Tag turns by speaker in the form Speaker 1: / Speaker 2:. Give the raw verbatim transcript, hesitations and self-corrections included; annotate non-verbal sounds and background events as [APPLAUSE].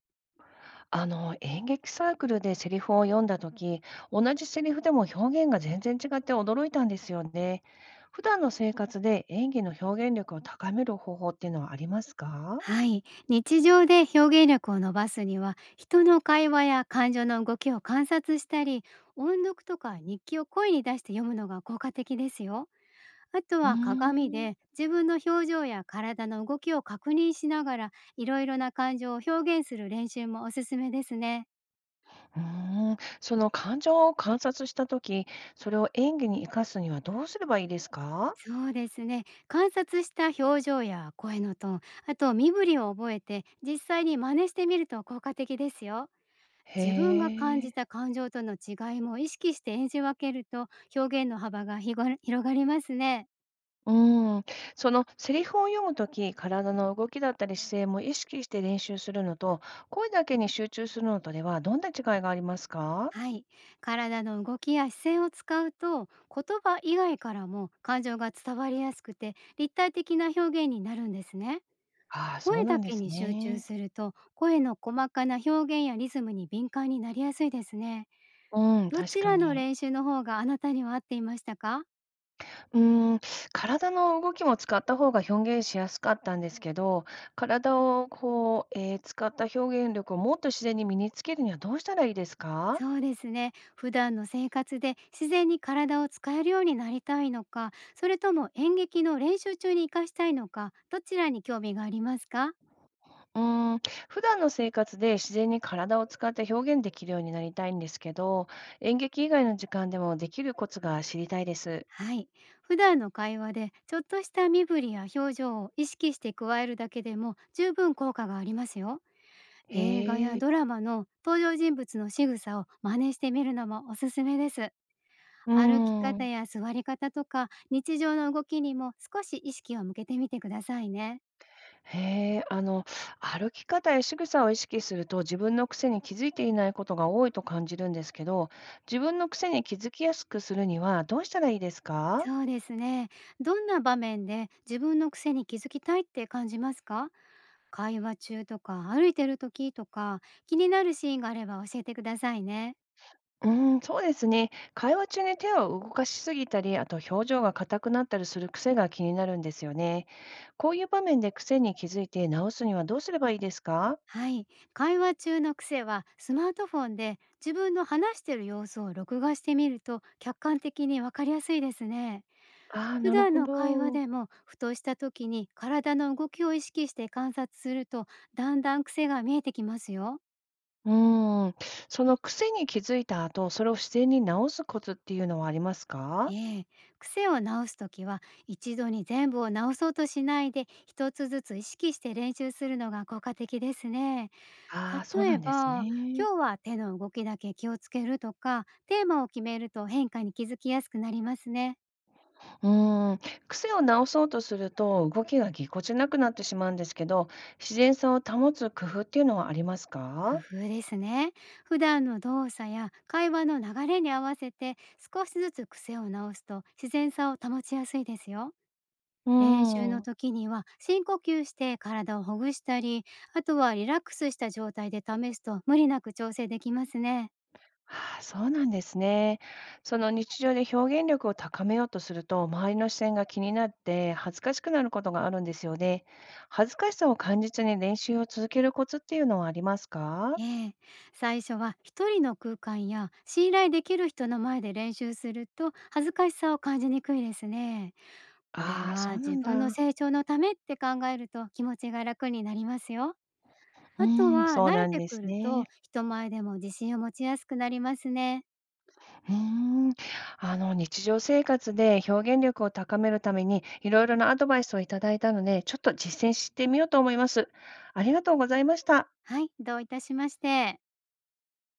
Speaker 1: あの、演劇サークルでセリフを読んだとき、同じセリフでも表現が全然違って驚いたんですよね。普段の生活で演技の表現力を高める方法っていうのはありますか
Speaker 2: はい。日常で表現力を伸ばすには、人の会話や感情の動きを観察したり、音読とか日記を声に出して読むのが効果的ですよ。あと
Speaker 1: うー
Speaker 2: は鏡
Speaker 1: ん
Speaker 2: で自分の表情や体の動きを確認しながら、いろいろな感情を表現する練習もおすすめですね。
Speaker 1: うーん、その感情を観察したとき、それを演技に生かすにはどうすればいいですか？
Speaker 2: そうですね。観察した表情や声のトーン、あと身振りを覚えて実際に真似してみると効果的ですよ。
Speaker 1: へ
Speaker 2: 自分が感じた
Speaker 1: え。
Speaker 2: 感情との違いも意識して演じ分けると、表現の幅がひご [LAUGHS] 広がりますね。
Speaker 1: うーん、そのセリフを読むとき、体の動きだったり姿勢も意識して練習するのと、声だけに集中するのとではどんな違いがありますか？
Speaker 2: はい。体の動きや視線を使うと、言葉以外からも感情が伝わりやすくて立体的な表現になるんですね。
Speaker 1: ああ、そう
Speaker 2: 声
Speaker 1: な
Speaker 2: だ
Speaker 1: んで
Speaker 2: け
Speaker 1: す
Speaker 2: に集中
Speaker 1: ね。
Speaker 2: すると、声の細かな表現やリズムに敏感になりやすいですね。
Speaker 1: うん、
Speaker 2: ど
Speaker 1: 確
Speaker 2: ち
Speaker 1: か
Speaker 2: らの
Speaker 1: に。
Speaker 2: 練習の方があなたには合っていましたか？
Speaker 1: うーん、体の動きも使った方が表現しやすかったんですけど、体をこう、えー使った表現力をもっと自然に身につけるにはどうしたらいいですか？
Speaker 2: そうですね。普段の生活で自然に体を使えるようになりたいのか、それとも演劇の練習中に活かしたいのか、どちらに興味がありますか？
Speaker 1: うーん、普段の生活で自然に体を使って表現できるようになりたいんですけど、演劇以外の時間でもできるコツが知りたいです。
Speaker 2: はい。普段の会話でちょっとした身振りや表情を意識して加えるだけでも、十分効果がありますよ。映画
Speaker 1: へ
Speaker 2: や
Speaker 1: え。
Speaker 2: ドラマの登場人物の仕草を真似してみるのもおすすめです。
Speaker 1: うー
Speaker 2: 歩き方
Speaker 1: ん。
Speaker 2: や座り方とか、日常の動きにも少し意識を向けてみてくださいね。
Speaker 1: へえ、あの、歩き方や仕草を意識すると自分の癖に気づいていないことが多いと感じるんですけど、自分の癖に気づきやすくするにはどうしたらいいですか？
Speaker 2: そうですね。どんな場面で自分の癖に気づきたいって感じますか？会話中とか歩いてる時とか、気になるシーンがあれば教えてくださいね。
Speaker 1: うーん、そうですね。会話中に手を動かしすぎたり、あと表情が硬くなったりする癖が気になるんですよね。こういう場面で癖に気づいて直すにはどうすればいいですか？
Speaker 2: はい。会話中の癖は、スマートフォンで自分の話してる様子を録画してみると、客観的にわかりやすいですね。
Speaker 1: ああー、
Speaker 2: 普
Speaker 1: なる
Speaker 2: 段
Speaker 1: ほ
Speaker 2: の会話
Speaker 1: ど。う
Speaker 2: でもふとした時に体の動きを意識して観察すると、だんだん癖が見えてきますよ。
Speaker 1: ーん。その癖に気づいた後、それを自然に直すコツっていうのはありますか？
Speaker 2: ええ、癖を直すときは、一度に全部を直そうとしないで、一つずつ意識して練習するのが効果的ですね。
Speaker 1: ああー、そう
Speaker 2: 例
Speaker 1: な
Speaker 2: え
Speaker 1: んです
Speaker 2: ば、今
Speaker 1: ね。
Speaker 2: 日は手の動きだけ気をつけるとか、テーマを決めると変化に気づきやすくなりますね。
Speaker 1: うーん。癖を直そうとすると、動きがぎこちなくなってしまうんですけど、自然さを保つ工夫っていうのはあります
Speaker 2: 工
Speaker 1: か？
Speaker 2: 夫ですね。普段の動作や会話の流れに合わせて少しずつ癖を直すと、自然さを保ちやすいですよ。
Speaker 1: う
Speaker 2: 練習
Speaker 1: ー
Speaker 2: の
Speaker 1: ん。
Speaker 2: 時には深呼吸して体をほぐしたり、あとはリラックスした状態で試すと、無理なく調整できますね。
Speaker 1: ああ、そうなんですね。その日常で表現力を高めようとすると、周りの視線が気になって恥ずかしくなることがあるんですよね。恥ずかしさを感じずに練習を続けるコツっていうのはありますか？
Speaker 2: ええ、最初は一人の空間や信頼できる人の前で練習すると、恥ずかしさを感じにくいですね。これ
Speaker 1: ああ、そ
Speaker 2: は
Speaker 1: うな
Speaker 2: 自
Speaker 1: ん
Speaker 2: 分の
Speaker 1: だ。
Speaker 2: 成長のためって考えると、気持ちが楽になりますよ。
Speaker 1: う
Speaker 2: あと
Speaker 1: ーん、
Speaker 2: は
Speaker 1: そう
Speaker 2: 慣
Speaker 1: な
Speaker 2: れ
Speaker 1: ん
Speaker 2: て
Speaker 1: で
Speaker 2: く
Speaker 1: す
Speaker 2: ると、
Speaker 1: ね。
Speaker 2: 人前でも自信を持ちやすくなりますね。
Speaker 1: うーん、あの日常生活で表現力を高めるためにいろいろなアドバイスをいただいたので、ちょっと実践してみようと思います。ありがとうございました。
Speaker 2: はい、どういたしまして。